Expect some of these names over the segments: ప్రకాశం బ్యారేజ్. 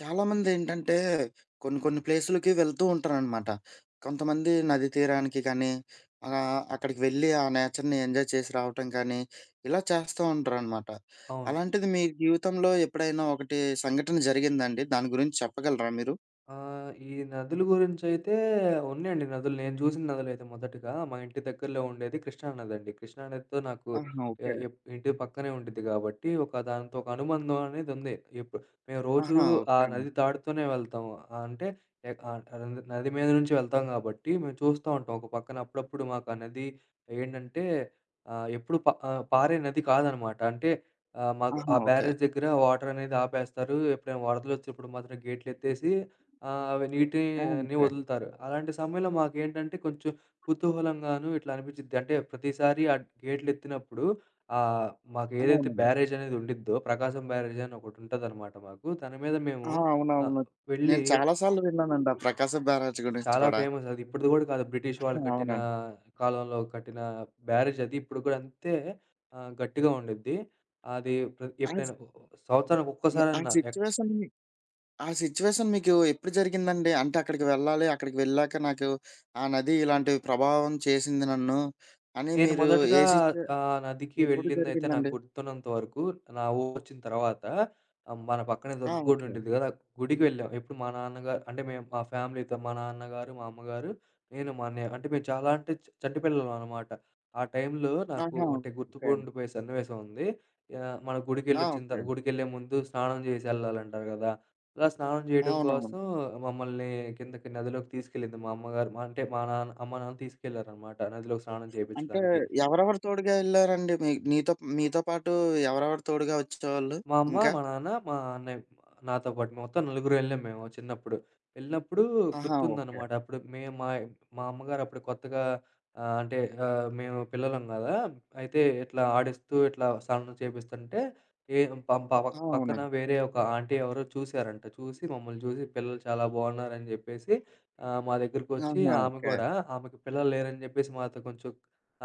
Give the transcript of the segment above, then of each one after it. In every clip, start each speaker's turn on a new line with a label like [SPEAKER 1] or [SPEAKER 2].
[SPEAKER 1] చాలామందేంటంటే, కొన్ని కొన్ని ప్లేసులకి వెళ్తూ ఉంటారనమాట. కొంతమంది నది తీరానికి కానీ, అలా అక్కడికి వెళ్ళి ఆ నేచర్‌ని ఎంజాయ్ చేసి రావటం కానీ, ఇలా చేస్తూ ఉంటారనమాట.
[SPEAKER 2] అవును.
[SPEAKER 1] అలాంటిది మీ జీవితంలో ఎప్పుడైనా ఒకటి సంఘటన జరిగిందాండి? దాని గురించి చెప్పగలరా మీరు?
[SPEAKER 2] ఆ! ఈ నదుల గురించైతే ఉన్నాయండి నదులు. నేను చూసిన నదులైతే మొదటగా మా ఇంటి దగ్గరలో ఉండేది కృష్ణా నదండి. కృష్ణా నదితో నాకు
[SPEAKER 1] ఆహా, ఓకే.
[SPEAKER 2] ఆహ్, ఎప్ ఇంటి పక్కనే ఉండిద్ది కాబట్టి ఒక దాంతో ఒక అనుబంధం అనేది ఉంది. ఎప్పు మేము రోజూ
[SPEAKER 1] ఆహా,
[SPEAKER 2] ఆ
[SPEAKER 1] ఓకే అండి.
[SPEAKER 2] నది దాటుతూనే వెళ్తాము. అంటే ఎక్ ఆహ్, న నది మీద నుంచి వెళ్తాం కాబట్టి మేము చూస్తా ఉంటాం. ఒక పక్కన అప్పుడప్పుడు మాకు ఆ నది ఏంటంటే ఎప్పుడు పారే నది కాదనమాట. అంటే మాకు
[SPEAKER 1] ఆహా,
[SPEAKER 2] ఆ
[SPEAKER 1] ఓకే.
[SPEAKER 2] బ్యారేజ్ దగ్గర వాటర్ అనేది ఆపేస్తారు. ఎప్పుడైనా వరదలొచ్చినప్పుడు మాత్రం గేట్లెత్తేసి ఆ, అవి
[SPEAKER 1] ఆ,
[SPEAKER 2] నీటిని
[SPEAKER 1] ఓకే.
[SPEAKER 2] వదులుతారు. అలాంటి సమయంలో మాకేంటంటే కొంచెం కుతూహలంగాను ఇట్లా అనిపిచ్చిద్ది. అంటే ప్రతిసారి ఆ గేట్లెత్తినప్పుడు ఆహ్, మాకేదైతే
[SPEAKER 1] అవునండి.
[SPEAKER 2] బ్యారేజ్ అనేది ఉండిద్దో ప్రకాశం బ్యారేజ్ అని ఒకటుంటదనమాట మాకు. దాని మీద మేము
[SPEAKER 1] ఆ,
[SPEAKER 2] ఆహ్,
[SPEAKER 1] అవునవును. నేను
[SPEAKER 2] వెళ్ళి
[SPEAKER 1] చాలా సార్లు విన్నానండి ఆ 'ప్రకాశం బ్యారేజ్' గురించి
[SPEAKER 2] చాలా
[SPEAKER 1] కూడా.
[SPEAKER 2] ఫేమస్ అది. ఇప్పటిది గూడా కాదు బ్రిటిష్ వాళ్ళు కట్టిన
[SPEAKER 1] అవునండి.
[SPEAKER 2] కాలంలో కట్టిన బ్యారేజ్ అది. ఇప్పుడు కూడా అంతే గట్టిగా ఉండిద్ది. అది ప్ర
[SPEAKER 1] ఆ సి
[SPEAKER 2] ఎప్పుడైనా సంవత్సరానికి
[SPEAKER 1] ఆ
[SPEAKER 2] ఒక్కసారన్నా
[SPEAKER 1] సిట్యుయేషన్ ఆ సిట్యుయేషన్ మీకు ఎప్పుడు జరిగిందండి? అంటే అక్కడికి వెళ్ళాలి, అక్కడికి వెళ్ళాక నాకు ఆ నది ఇలాంటి ప్రభావం చేసింది నన్ను అని
[SPEAKER 2] నేను
[SPEAKER 1] మీరు
[SPEAKER 2] మొదటగా
[SPEAKER 1] ఏ సిట్యు
[SPEAKER 2] నదికి
[SPEAKER 1] ఎప్పుడు
[SPEAKER 2] వెళ్ళిందైతే నాకు
[SPEAKER 1] జరిగిందండి?
[SPEAKER 2] గుర్తున్నంత వరకు నా ఊరొచ్చిన తర్వాత మన పక్కనే
[SPEAKER 1] ఆ,
[SPEAKER 2] దుర్గ గుడి
[SPEAKER 1] ఓకే.
[SPEAKER 2] ఉండిద్ది కదా! ఆ గుడికి వెళ్ళాం. ఎప్పుడు మా నాన్నగారు అంటే మేము మా ఫ్యామిలీతో మా నాన్నగారు, మా అమ్మగారు, నేను, మా అన్నయ్య అంటే మేము చాలా అంటే చంటి పిల్లలం అనమాట. ఆ టైంలో నాకు
[SPEAKER 1] ఆహా,
[SPEAKER 2] ఒకటి
[SPEAKER 1] ఓకే అండి.
[SPEAKER 2] గుర్తుకుండిపోయే సన్నివేశం ఉంది. మన
[SPEAKER 1] ఆ,
[SPEAKER 2] గుడికెళ్ళొచ్చిన త
[SPEAKER 1] ఓకే.
[SPEAKER 2] గుడికెళ్ళే ముందు స్నానం చేసి ఎళ్ళాలంటారు కదా! ఇలా స్నానం జేయడం
[SPEAKER 1] అవునవును.
[SPEAKER 2] కోసం మమ్మల్ని కిందకి నదిలోకి తీసుకెళ్ళింది మా అమ్మగారు. మా అంటే మా నాన్న అమ్మ, నాన్న తీసుకెళ్లారనమాట నదిలో స్నానం
[SPEAKER 1] అంటే
[SPEAKER 2] చేపిచ్చడానికి.
[SPEAKER 1] ఎవరెవరు తోడుగా ఎళ్లారండి? మీ నీతో మీతో పాటు ఎవరెవరు తోడుగా వచ్చేవాళ్ళు
[SPEAKER 2] మా అమ్మ,
[SPEAKER 1] ఇంకా?
[SPEAKER 2] మా నాన్న, మా అన్నయ్య నాతో పాటు మొత్తం నలుగురు వెళ్ళాం మేము చిన్నప్పుడు. వెళ్ళినప్పుడు
[SPEAKER 1] ఆహా, ఓకే.
[SPEAKER 2] గుర్తుందనమాట. అప్పుడు మేము మా మా అమ్మగారు అప్పుడు కొత్తగా అంటే మేము పిల్లలం గదా! అయితే ఇట్లా ఆడిస్తూ ఇట్లా సౌండ్‌లు చేపిస్తుంటే ఏ ప ప
[SPEAKER 1] ఆ,
[SPEAKER 2] పక్కన
[SPEAKER 1] అవునండి.
[SPEAKER 2] వేరే ఒక ఆంటీ ఎవరో చూసారంట. చూసి మమ్మల్ని చూసి పిల్లలు చాలా బాగున్నారని జెప్పేసి మా దగ్గరికొచ్చి
[SPEAKER 1] ఆహా,
[SPEAKER 2] ఆమె
[SPEAKER 1] ఓకే.
[SPEAKER 2] గూడా ఆమెకి పిల్లలు లేరని జెప్పేసి మాతో కొంచెం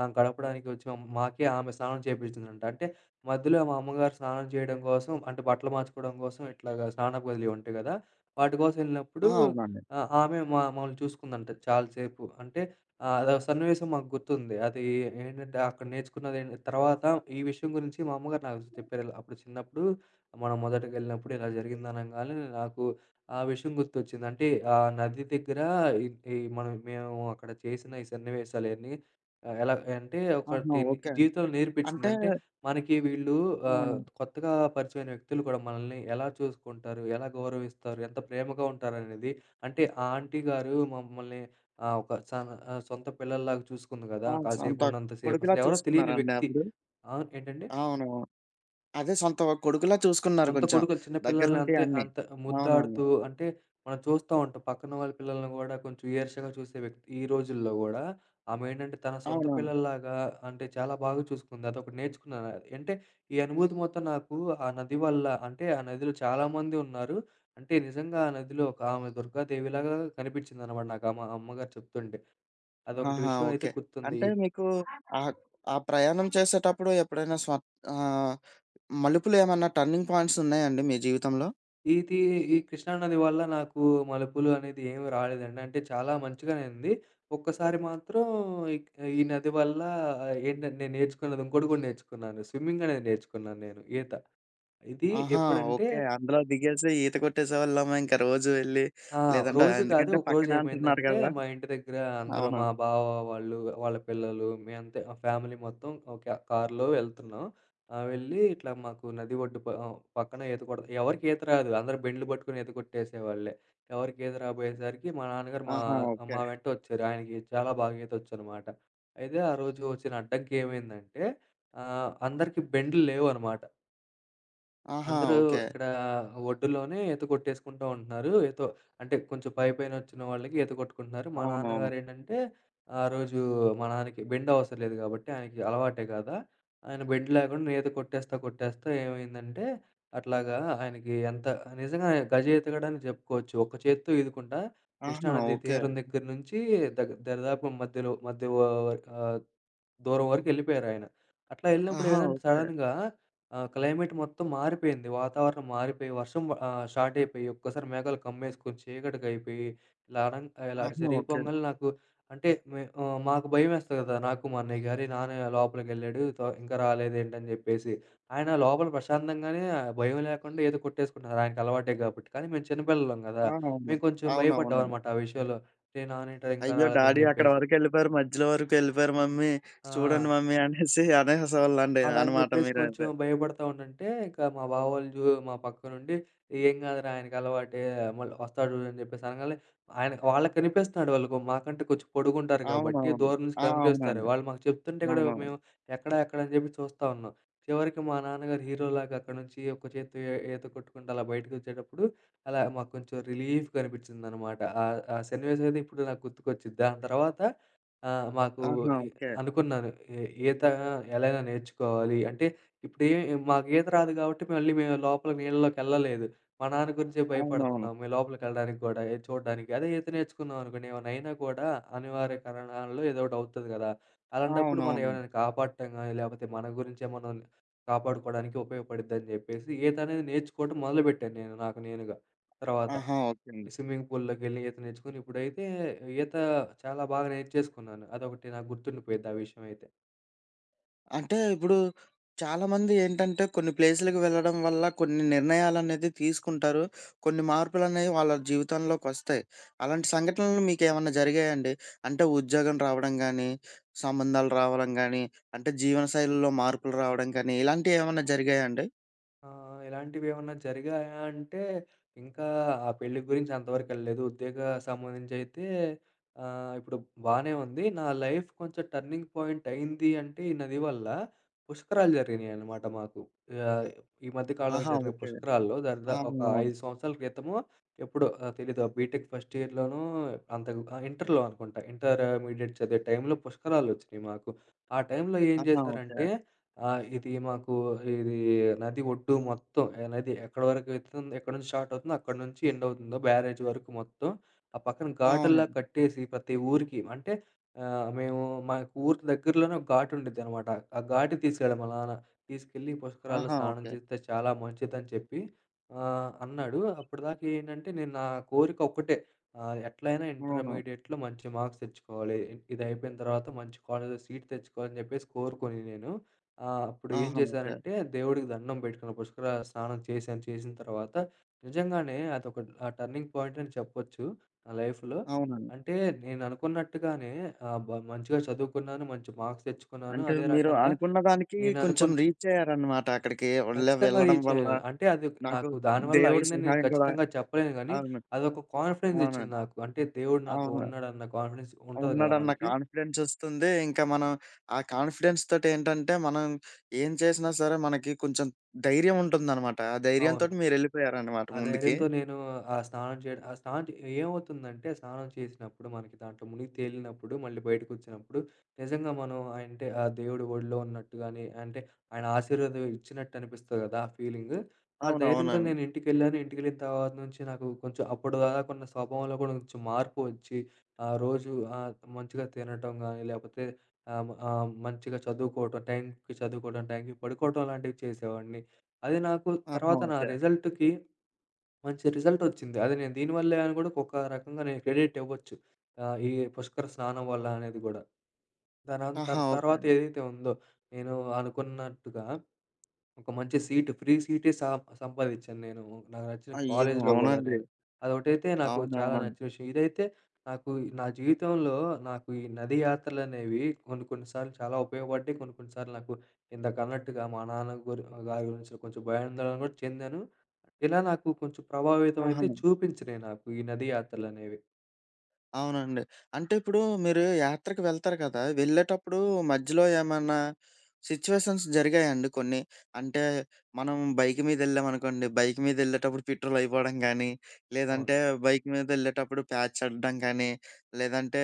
[SPEAKER 2] గడపడానికి వచ్చి మాకే ఆమె స్నానం చేపించిందంట. అంటే మధ్యలో మా అమ్మగారు స్నానం చేయడం కోసం అంటే బట్టలు మార్చుకోవడం కోసం ఇట్లాగా స్నానపు గదులు ఉంటాయి కదా! వాటి కోసం
[SPEAKER 1] ఆ,
[SPEAKER 2] ఎళ్ళినప్పుడు
[SPEAKER 1] అవునండి.
[SPEAKER 2] ఆమె మా మమ్మల్ని చూసుకుందంట చాలా సేపు. అంటే అదొక సన్నివేశం మాకు గుర్తుంది. అది ఏంటంటే అక్కడ నేర్చుకున్నదేంటి తర్వాత ఈ విషయం గురించి మా అమ్మగారు నాకు చెప్పారు. ఇలా అప్పుడు చిన్నప్పుడు మనం మొదటగెళ్ళినప్పుడు ఇలా జరిగింది అనంగానే నాకు ఆ విషయం గుర్తొచ్చింది. అంటే ఆ నది దగ్గర ఈ ఈ మనం మేము అక్కడ చేసిన ఈ సన్నివేశాలయన్నీ ఎలా అంటే
[SPEAKER 1] ఆహా,
[SPEAKER 2] ఒకటి
[SPEAKER 1] ఓకే అండి.
[SPEAKER 2] జీవితంలో నేర్పించింది.
[SPEAKER 1] అంటే
[SPEAKER 2] అంటే మనకి వీళ్ళు
[SPEAKER 1] అవును.
[SPEAKER 2] కొత్తగా పరిచయమైన వ్యక్తులు కూడా మనల్ని ఎలా చూసుకుంటారు? ఎలా గౌరవిస్తారు? ఎంత ప్రేమగా ఉంటారనేది అంటే ఆ ఆంటీ గారు మమ్మల్ని ఆహ్, ఒక సన ఆహ్, సొంత పిల్లల్లాగా చూసుకుంది గదా!
[SPEAKER 1] ఆ, సొంత
[SPEAKER 2] కాసేపు ఉన్నంత సేపు
[SPEAKER 1] కొడుకులా
[SPEAKER 2] అసలెవరో తెలియని
[SPEAKER 1] చూసుకున్నారండి
[SPEAKER 2] వ్యక్తి.
[SPEAKER 1] అప్పుడు?
[SPEAKER 2] ఆ! ఏంటండి?
[SPEAKER 1] అవును. అదే సొంత కొడుకులా చూసుకున్నారు
[SPEAKER 2] సొంత
[SPEAKER 1] కొంచెం.
[SPEAKER 2] కొడుకులు చిన్న పిల్లల్ని
[SPEAKER 1] దగ్గరుండి
[SPEAKER 2] అంతే
[SPEAKER 1] అన్నీ.
[SPEAKER 2] అంత
[SPEAKER 1] అవునవును.
[SPEAKER 2] ముద్దాడుతూ అంటే, మనం చూస్తా ఉంటాం. పక్కన వాళ్ళ పిల్లల్ని గూడా కొంచెం ఈర్ష్యగా చూసే వ్యక్తి ఈ రోజుల్లో గూడా ఆమేంటంటే తన సొంత
[SPEAKER 1] అవునవును.
[SPEAKER 2] పిల్లల్లాగా అంటే చాలా బాగా చూసుకుంది. అదొకటి నేర్చుకున్నాను. అంటే ఈ అనుభూతి మొత్తం నాకు ఆ నది వల్ల అంటే ఆ నదిలో చాలామంది ఉన్నారు. అంటే నిజంగా ఆ నదిలో ఒక ఆమె దుర్గాదేవిలాగా కనిపించిందనమాట నాకు అమ్మగారు చెప్తుంటే. అదొకటి
[SPEAKER 1] ఆహా,
[SPEAKER 2] విషయం అయితే
[SPEAKER 1] ఓకే.
[SPEAKER 2] గుర్తుంది.
[SPEAKER 1] అంటే మీకు ఆహ్, ఆ ప్రయాణం చేసేటప్పుడు ఎప్పుడైనా ఆహ్, మలుపులేమన్నా టర్నింగ్ పాయింట్స్ ఉన్నాయండి మీ జీవితంలో?
[SPEAKER 2] ఇది ఈ కృష్ణా నది వల్ల నాకు మలుపులు అనేది ఏమి రాలేదండి. అంటే చాలా మంచిగానే ఉంది. ఒక్కసారి మాత్రం ఇక్ ఈ నది వల్ల ఏంటంటే నేను నేర్చుకున్నది ఇంకోటి కూడా నేర్చుకున్నాను. స్విమ్మింగ్ అనేది నేర్చుకున్నాను నేను ఈత. ఇది
[SPEAKER 1] ఆహా,
[SPEAKER 2] ఎప్పుడంటే
[SPEAKER 1] ఓకే. అందులో దిగేసి ఈత కొట్టేసేవాళ్ళేమో ఇంక రోజు వెళ్లి.
[SPEAKER 2] ఆ,
[SPEAKER 1] లేదంటే
[SPEAKER 2] రోజు కాదు.
[SPEAKER 1] ఎందుకంటే
[SPEAKER 2] ఒకరోజు
[SPEAKER 1] పక్కనే అంటున్నారు
[SPEAKER 2] ఏమైందంటే,
[SPEAKER 1] కదా!
[SPEAKER 2] మా ఇంటి దగ్గర అందరూ
[SPEAKER 1] అవును.
[SPEAKER 2] మా బావ వాళ్ళు, వాళ్ళ పిల్లలు మేమంతా ఆ ఫ్యామిలీ మొత్తం ఒక కారులో వెళ్తున్నాం. వెళ్ళి ఇట్లా మాకు నది ఒడ్డు పక్కన ఈత కొడత ఎవరికీ ఈత రాదు. అందరూ బెండ్లు పట్టుకొని ఈత కొట్టేసేవాళ్ళే. ఎవరికీ ఈత రాబోయేసరికి మా నాన్నగారు మా
[SPEAKER 1] ఆహా, ఓకే.
[SPEAKER 2] మా వెంట వచ్చారు. ఆయనకి చాలా బాగా ఈతొచ్చనమాట. అయితే ఆ రోజు వచ్చిన అడ్డంకి ఏమైందంటే, అందరికీ బెండ్లు లేవనమాట.
[SPEAKER 1] ఆహా,
[SPEAKER 2] అందరూ
[SPEAKER 1] ఓకే.
[SPEAKER 2] ఇక్కడ ఒడ్డులోనే ఈత కొట్టేసుకుంటా ఉంటున్నారు. ఏతో అంటే కొంచెం పైపైనొచ్చిన వాళ్ళకి ఈత కొట్టుకుంటున్నారు. మా
[SPEAKER 1] అవునవును.
[SPEAKER 2] నాన్నగారేంటంటే, ఆ రోజు మా నాన్నకి బెండ్ అవసరం లేదు గాబట్టి ఆయనకి అలవాటే కదా! ఆయన బెండ్ లేకుండా ఈత కొట్టేస్తా, కొట్టేస్తా ఏమైందంటే, అట్లాగా ఆయనకి ఎంత నిజంగా ఆయన గజ ఈతగాడని జెప్పుకోవచ్చు. ఒక్క చేత్తో ఈదుకుంటా
[SPEAKER 1] ఆహా,
[SPEAKER 2] కృష్ణానది
[SPEAKER 1] ఓకే.
[SPEAKER 2] తీరం దగ్గర నుంచి దరిదాపు మధ్యలో ఆహ్, దూరం వరకెళ్ళిపోయారాయన. అట్లా ఎళ్ళినప్పుడు
[SPEAKER 1] ఆహా,
[SPEAKER 2] ఏమైందంటే
[SPEAKER 1] ఓకే.
[SPEAKER 2] సడెన్‌గా ఆ! క్లైమేట్ మొత్తం మారిపోయింది. వాతావరణం మారిపోయి, వర్షం స్టార్ట్ అయిపోయి, ఒక్కసారి మేఘాలు కమ్మేసుకొని చీకటిగా అయిపోయి, ఇలా అనం ఇలా
[SPEAKER 1] ఆహా, ఓకే.
[SPEAKER 2] జరిగిపోంగాల్నే నాకు అంటే మాకు భయమేస్తది కదా! నాకు మా అన్నయ్యకి అరే! నాన్న లోపలికెళ్ళాడు తో ఇంకా రాలేదేంటి అని చెప్పేసి. ఆయన లోపల ప్రశాంతంగానే ఆ, భయం లేకుండా ఏదో కొట్టేసుకుంటున్నారు. ఆయనకి అలవాటే కాబట్టి. కానీ మేము చిన్నపిల్లలం
[SPEAKER 1] ఆ,
[SPEAKER 2] కదా!
[SPEAKER 1] అవును.
[SPEAKER 2] మేము కొంచెం
[SPEAKER 1] అవునవును.
[SPEAKER 2] భయపడ్డామనమాట ఆ విషయంలో. "అరే! నాన్న ఏంట్రా ఇంకా
[SPEAKER 1] అయ్యో,
[SPEAKER 2] రాలేదని"
[SPEAKER 1] డాడీ అక్కడి
[SPEAKER 2] చెప్పేసి.
[SPEAKER 1] వరకెళ్ళిపోయారు. మధ్యలో వరకు వెళ్ళిపోయారు మమ్మీ. చూడండి
[SPEAKER 2] ఆ!
[SPEAKER 1] మమ్మీ అనేసి అనేసేవాళ్ళండి
[SPEAKER 2] అలా అని
[SPEAKER 1] అనమాట
[SPEAKER 2] జెప్పేసి కొంచెం
[SPEAKER 1] మీరైతే.
[SPEAKER 2] భయపడతా ఉండంటే, ఇంకా మా బావ వాళ్ళు జూ మా పక్క నుండి "ఏం కాదురా ఆయనకి అలవాటే, మళ్ళీ వస్తాడు" అని జెప్పేసి అనంగాలనే ఆయన వాళ్ళకి కనిపిస్తున్నాడు. వాళ్ళు మాకంటే కొంచెం పొడుగుంటారు కాబట్టి,
[SPEAKER 1] అవునవును.
[SPEAKER 2] దూరం నుంచి
[SPEAKER 1] ఆ,
[SPEAKER 2] కనిపిస్తారు.
[SPEAKER 1] అవునండి.
[SPEAKER 2] వాళ్ళు మాకు చెప్తుంటే కూడా
[SPEAKER 1] అవునవును.
[SPEAKER 2] మేము ఎక్కడ, ఎక్కడ అని జెప్పి చూస్తా ఉన్నాం. చివరికి మా నాన్నగారు హీరోలాగా అక్కడి నుంచి ఒక చేత్తో ఏ ఈత కొట్టుకుంటూ అలా బయటకొచ్చేటప్పుడు, అలా మాకు కొంచెం రిలీఫ్‌గా అనిపించిందనమాట. ఆ ఆ సన్నివేశం అయితే ఇప్పుడు నాకు గుర్తుకొచ్చిద్ది. దాని తర్వాత మాకు
[SPEAKER 1] ఆహా,
[SPEAKER 2] ఈ
[SPEAKER 1] ఓకే.
[SPEAKER 2] అనుకున్నాను. ఎ ఈత ఎలాగైనా నేర్చుకోవాలి. అంటే ఇప్పుడు ఏ మాకీత రాదు కాబట్టి మళ్ళీ మేము లోపల నీళ్ళలోకెళ్ళలేదు. మా నాన్న గురించే
[SPEAKER 1] అవునవును.
[SPEAKER 2] భయపడుతున్నాం. మేము లోపలికెళ్ళడానికి గూడా ఎ చూడడానికి. అదే ఈత నేర్చుకున్నామనుకోండి ఏమైనా అయినా కూడా అనివార్య కారణాల్లో ఏదో ఒకటి అవుతది గదా! అలాంటప్పుడు మనం
[SPEAKER 1] అవునవును.
[SPEAKER 2] ఎవరైనా కాపాడటం గాని, లేపోతే మన గురించే మనం కాపాడుకోవడానికి ఉపయోగపడిద్దని జెప్పేసి ఈత అనేది నేర్చుకోవడం మొదలుపెట్టాను నేను నాకు నేనుగా తర్వాత.
[SPEAKER 1] ఆహా, ఓకే.
[SPEAKER 2] స్విమ్మింగ్ పూల్లోకెళ్ళి ఈత నేర్చుకొని ఇప్పుడైతే ఈత చాలా బాగా నేర్చేసుకున్నాను. అదొకటి నాకు గుర్తుండిపోయిద్ది ఆ విషయం అయితే.
[SPEAKER 1] అంటే ఇప్పుడు చాలామంది ఏంటంటే కొన్ని ప్లేసులకి వెళ్ళడం వల్ల కొన్ని నిర్ణయాలనేది తీసుకుంటారు. కొన్ని మార్పులనేవి వాళ్ళ జీవితంలోకొస్తాయి. అలాంటి సంఘటనలు మీకేమన్నా జరిగాయండి? అంటే ఉద్యోగం రావడం గానీ, సంబంధాలు రావడం గానీ, అంటే జీవన శైలిలో మార్పులు రావడం కానీ ఇలాంటియేమన్నా జరిగాయండి?
[SPEAKER 2] ఆ! ఇలాంటివేమన్నా జరిగాయా అంటే, ఇంకా ఆ పెళ్లి గురించి అంతవరకెళ్ళలేదు. ఉద్యోగ సంబంధించయితే ఇప్పుడు బానే ఉంది. నా లైఫ్ కొంచెం టర్నింగ్ పాయింట్ అయింది అంటే, ఈ నది వల్ల పుష్కరాలు జరిగినాయనమాట మాకు. ఆహ్, ఈ మధ్య కాలంలో
[SPEAKER 1] ఆహా,
[SPEAKER 2] జరిగిన
[SPEAKER 1] ఓకే.
[SPEAKER 2] పుష్కరాల్లో ఒక
[SPEAKER 1] అవునవును.
[SPEAKER 2] 5 సంవత్సరాల క్రితమో ఎప్పుడో తెలీదు. బీటెక్ ఫస్ట్ ఇయర్‌లోనో అంతకు ఇంటర్‌లో అనుకుంటా. ఇంటర్మీడియేట్ చదివే టైంలో పుష్కరాలొచ్చినియి మాకు. ఆ టైంలో ఏం
[SPEAKER 1] ఆహా, ఓకే.
[SPEAKER 2] చేశారంటే ఆ! ఇది మాకు ఇది నది ఒడ్డు మొత్తం నది ఎక్కడి వరకు ఎత్తుతుందో ఎక్కడి నుంచి స్టార్ట్ అవుతుందో అక్కడి నుంచి ఎండ్ అవుతుందో బ్యారేజ్ వరకు మొత్తం ఆ పక్కన ఘాటుల్లా
[SPEAKER 1] అవునండి.
[SPEAKER 2] కట్టేసి ప్రతి ఊరికి అంటే ఆహ్, మేము మాకు ఊరికి దగ్గరలోనే ఒక ఘాటు ఉండిద్దనమాట. ఆ ఘాటుకి తీసుకెళ్ళాడు మా నాన్న. తీసుకెళ్ళి పుష్కరాల్లో
[SPEAKER 1] ఆహా,
[SPEAKER 2] స్నానం
[SPEAKER 1] ఓకే.
[SPEAKER 2] చేస్తే చాలా మంచిదని చెప్పి అన్నాడు. అప్పటిదాకా ఏంటంటే నేను నా కోరిక ఒక్కటే ఎట్లైనా
[SPEAKER 1] అవును.
[SPEAKER 2] ఇంటర్మీడియేట్‌లో మంచి మార్క్స్ తెచ్చుకోవాలి. ఇది అయిపోయిన తర్వాత మంచి కాలేజ్‌లో సీట్ తెచ్చుకోవాలని చెప్పేసి కోరుకొని నేను ఆ! అప్పుడు ఏం
[SPEAKER 1] ఆహా, ఓకే.
[SPEAKER 2] చేశానంటే దేవుడికి దండం పెట్టుకున్న పుష్కర స్నానం చేశాను. చేసిన తర్వాత నిజంగానే అదొక ఆ టర్నింగ్ పాయింట్ అని చెప్పొచ్చు నా లైఫ్‌లో.
[SPEAKER 1] అవునండి.
[SPEAKER 2] అంటే నేను అనుకున్నట్టుగానే ఆహ్, బ మంచిగా చదువుకున్నాను. మంచి మార్క్స్ తెచ్చుకున్నాను.
[SPEAKER 1] అంటే
[SPEAKER 2] అదే
[SPEAKER 1] మీరు
[SPEAKER 2] రకంగా
[SPEAKER 1] అనుకున్న దానికి
[SPEAKER 2] నేను
[SPEAKER 1] కొంచెం
[SPEAKER 2] అనుకున్న
[SPEAKER 1] రీచయ్యారనమాట అక్కడికి. ఓళ్ళే
[SPEAKER 2] ఖచ్చితంగా
[SPEAKER 1] వెళ్ళడం
[SPEAKER 2] రీచ్
[SPEAKER 1] వల్ల
[SPEAKER 2] అయ్యాను. అంటే అది
[SPEAKER 1] నాకు
[SPEAKER 2] నాకు దానివల్ల
[SPEAKER 1] దేవుడి
[SPEAKER 2] అయిందని నేను
[SPEAKER 1] సహాయం కూడా
[SPEAKER 2] ఖచ్చితంగా చెప్పలేను గానీ,
[SPEAKER 1] అవును.
[SPEAKER 2] అదొక కాన్ఫిడెన్స్ ఇచ్చింది
[SPEAKER 1] అవునండి.
[SPEAKER 2] నాకు. అంటే దేవుడు నాతో
[SPEAKER 1] అవును.
[SPEAKER 2] ఉన్నాడన్న కాన్ఫిడెన్స్ ఉంటది కదా
[SPEAKER 1] ఉన్నాడన్న
[SPEAKER 2] మనకి.
[SPEAKER 1] కాన్ఫిడెన్స్ ఒస్తుంది. ఇంకా మనం ఆ కాన్ఫిడెన్స్ తోటేంటంటే, మనం ఏం చేసినా సరే మనకి కొంచెం ధైర్యం ఉంటుందనమాట. ఆ
[SPEAKER 2] అవును.
[SPEAKER 1] ధైర్యంతోటి మీరెళ్ళిపోయారనమాట
[SPEAKER 2] ఆ
[SPEAKER 1] ముందుకి.
[SPEAKER 2] ధైర్యంతో నేను ఆ స్నానం చేయడం ఆ స్నానం చే ఏమవుతుందంటే స్నానం చేసినప్పుడు మనకి దాంట్లో మునిగి తేలినప్పుడు మళ్ళీ బయటకొచ్చినప్పుడు నిజంగా మనం అంటే ఆ దేవుడి ఒడిలో ఉన్నట్టు గాని, అంటే ఆయన ఆశీర్వాదం ఇచ్చినట్టు అనిపిస్తది కదా! ఆ ఫీలింగ్. ఆ ధైర్యంతో
[SPEAKER 1] అవునవునండి.
[SPEAKER 2] నేను ఇంటికెళ్ళాను. ఇంటికెళ్ళిన తర్వాత నుంచి నాకు కొంచెం అప్పటిదాకా ఉన్న స్వభావంలో కూడా కొంచెం మార్పు వచ్చి ఆ రోజు మంచిగా తినటం గాని, లేపోతే ఆహ్, ఆహ్, మంచిగా చదువుకోవటం, టైంకి చదువుకోవడం, టైంకి పడుకోవటం లాంటివి చేసేవాడిని. అది నాకు
[SPEAKER 1] ఆహా,
[SPEAKER 2] తర్వాత నా
[SPEAKER 1] ఓకే.
[SPEAKER 2] రిజల్ట్‌కి మంచి రిజల్టొచ్చింది. అది నేను దీని వల్లే అని గూడా ఒక రకంగా నేను క్రెడిట్ ఇవ్వచ్చు. ఈ పుష్కర స్నానం వల్ల అనేది గూడా.
[SPEAKER 1] ఆహా, ఓకే.
[SPEAKER 2] తర్వాత ఏదైతే ఉందో, నేను అనుకున్నట్టుగా ఒక మంచి సీట్, ఫ్రీ సీటే సంపాదిచ్చాను నేను. నాకు నచ్చిన
[SPEAKER 1] అయ్యో,
[SPEAKER 2] కాలేజ్‌లో గూడా
[SPEAKER 1] అవునండి.
[SPEAKER 2] నేను. అదొకటైతే నాకు చాలా
[SPEAKER 1] అవునవునండి.
[SPEAKER 2] నచ్చిన విషయం. ఇదైతే నాకు నా జీవితంలో నాకు ఈ నది యాత్రలనేవి కొన్ని కొన్ని సార్లు చాలా ఉపయోగపడ్డాయి. కొన్ని కొన్ని సార్లు నాకు ఇందాకన్నట్టుగా మా నాన్న గురి గారి గురించి కొంచెం భయాందోళన గూడా చెందాను. ఇలా నాకు కొంచెం ప్రభావితం
[SPEAKER 1] ఆహా,
[SPEAKER 2] అయితే చూపించినయి నాకు ఈ నది యాత్రలనేవి.
[SPEAKER 1] అవునండి. అంటే ఇప్పుడు మీరు యాత్రకు వెళ్తారు కదా! వెళ్ళేటప్పుడు మధ్యలో ఏమన్నా సిట్యుయేషన్స్ జరిగాయండి కొన్ని? అంటే మనం బైక్ మీదెళ్ళామనుకోండి, బైక్ మీదెళ్ళేటప్పుడు పెట్రోల్ అయిపోవడం గానీ,
[SPEAKER 2] అవును.
[SPEAKER 1] లేదంటే బైక్ మీదెళ్ళేటప్పుడు ప్యాచ్ అడ్డం కానీ, లేదంటే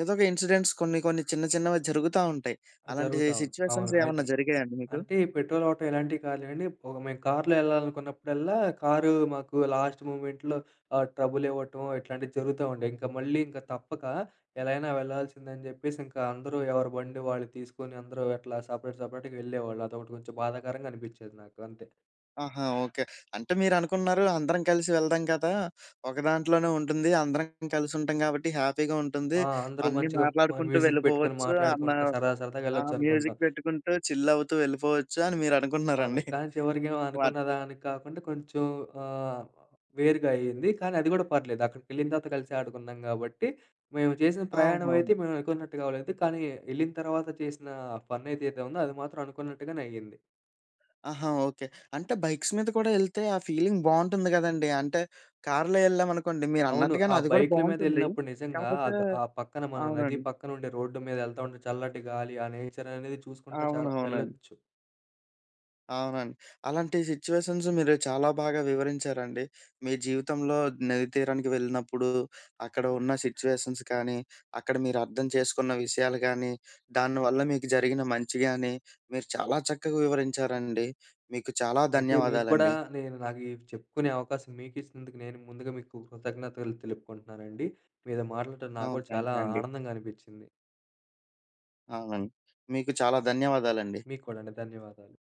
[SPEAKER 1] ఏదో ఒక ఇన్సిడెంట్స్ కొన్ని కొన్ని చిన్నవి జరుగుతా ఉంటాయి. అలాంటి
[SPEAKER 2] జరుగుతా ఉంటాయి. అవును.
[SPEAKER 1] సిట్యుయేషన్స్
[SPEAKER 2] అయితే
[SPEAKER 1] ఏమన్నా జరిగాయండి మీకు?
[SPEAKER 2] అంటే పెట్రోల్ ఆటో ఎలాంటివి కాదులేండి. ఒక మేము కార్‌లో ఎళ్ళాలనుకున్నప్పుడల్లా, కారు మాకు లాస్ట్ మూమెంట్‌లో ట్రబుల్ ఇవ్వటం ఇట్లాంటివి జరుగుతా ఉండేయి. ఇంకా మళ్ళీ ఇంక తప్పక ఎలా అయినా వెళ్ళాల్సిందని జెప్పేసి, ఇంకా అందరూ ఎవరి బండి వాళ్ళు తీసుకొని అందరూ అట్లా సపరేట్ సపరేట్‌గా వెళ్ళేవాళ్ళు. అదొకటి కొంచెం బాధాకరంగా అనిపిచ్చేది నాకు అంతే.
[SPEAKER 1] ఆహా, ఓకే. అంటే మీరనుకున్నారు అందరం కలిసి వెళ్దాం కదా! ఒక దాంట్లోనే ఉంటుంది. అందరం కలిసుంటాం కాబట్టి హ్యాపీగా ఉంటుంది.
[SPEAKER 2] ఆ! అందరూ
[SPEAKER 1] అన్నీ
[SPEAKER 2] మంచిగా
[SPEAKER 1] మాట్లాడుకుంటూ
[SPEAKER 2] మ్యూజిక్ పెట్టుకొని
[SPEAKER 1] వెళ్ళిపోవచ్చు అన్న
[SPEAKER 2] మాట్లాడుకుంటా సరదా సరదాగా
[SPEAKER 1] ఆ,
[SPEAKER 2] వెళ్ళొచ్చనుకుంటున్నాం.
[SPEAKER 1] మ్యూజిక్ పెట్టుకుంటూ చిల్ అవుతూ వెళ్ళిపోవచ్చు అని
[SPEAKER 2] అవును.
[SPEAKER 1] మీరనుకుంటున్నారండి.
[SPEAKER 2] కానీ చివరికేమో అనుకున్న
[SPEAKER 1] వాట్
[SPEAKER 2] దానికి కాకుండా కొంచెం ఆహ్, వేరుగా అయింది. కానీ అది గూడా పర్లేదు. అక్కడికెళ్ళిన తర్వాత కలిసి ఆడుకున్నాం గాబట్టి, మేము చేసిన ప్రయాణం అయితే
[SPEAKER 1] అవునవును.
[SPEAKER 2] మేము అనుకున్నట్టుగా అవ్వలేదు. కానీ ఎళ్ళిన తర్వాత చేసిన ఫన్ ఏదైతే ఉందో అది మాత్రం అనుకున్నట్టుగానే అయ్యింది.
[SPEAKER 1] ఆహా, ఓకే. అంటే బైక్స్ మీద కూడా ఎళ్తే ఆ ఫీలింగ్ బావుంటుంది గదండీ! అంటే కారులో ఎళ్ళామనుకోండి
[SPEAKER 2] అవును.
[SPEAKER 1] మీరన్నట్టుగానే
[SPEAKER 2] ఆ
[SPEAKER 1] అది కూడా
[SPEAKER 2] బైకుల
[SPEAKER 1] బావుంటుంది.
[SPEAKER 2] మీదెళ్ళినప్పుడు నిజంగా
[SPEAKER 1] కాపోతే
[SPEAKER 2] ఆగ్ ఆ పక్కన మనం నది
[SPEAKER 1] అవునండి.
[SPEAKER 2] పక్కన ఉండే రోడ్డు మీద ఎళ్తా ఉంటే చల్లటి గాలి, ఆ నేచర్ అనేది చూసుకుంటా చాలా
[SPEAKER 1] అవునవునండి.
[SPEAKER 2] వెళ్ళొచ్చు.
[SPEAKER 1] అవునండి. అలాంటి సిట్యుయేషన్స్ మీరు చాలా బాగా వివరించారండి. మీ జీవితంలో నది తీరానికి వెళ్ళినప్పుడు, అక్కడ ఉన్న సిట్యుయేషన్స్ కానీ, అక్కడ మీరు అర్థం చేసుకున్న విషయాలు గానీ, దానివల్ల మీకు జరిగిన మంచి గాని, మీరు చాలా చక్కగా వివరించారండి. మీకు చాలా
[SPEAKER 2] అయితే మీకు కూడా
[SPEAKER 1] ధన్యవాదాలండి.
[SPEAKER 2] నేను నాకు ఇవి చెప్పుకునే అవకాశం మీకు ఇచ్చినందుకు నేను ముందుగా మీకు కృతజ్ఞతలు తెలుపుకుంటున్నానండి. మీతో మాట్లాడటం నాకు
[SPEAKER 1] అవును.
[SPEAKER 2] కూడా
[SPEAKER 1] థాంక్
[SPEAKER 2] చాలా
[SPEAKER 1] యూ అండి.
[SPEAKER 2] ఆనందంగా అనిపిచ్చింది.
[SPEAKER 1] అవునండి. మీకు చాలా ధన్యవాదాలండి.
[SPEAKER 2] మీకు కూడా అండి. ధన్యవాదాలు.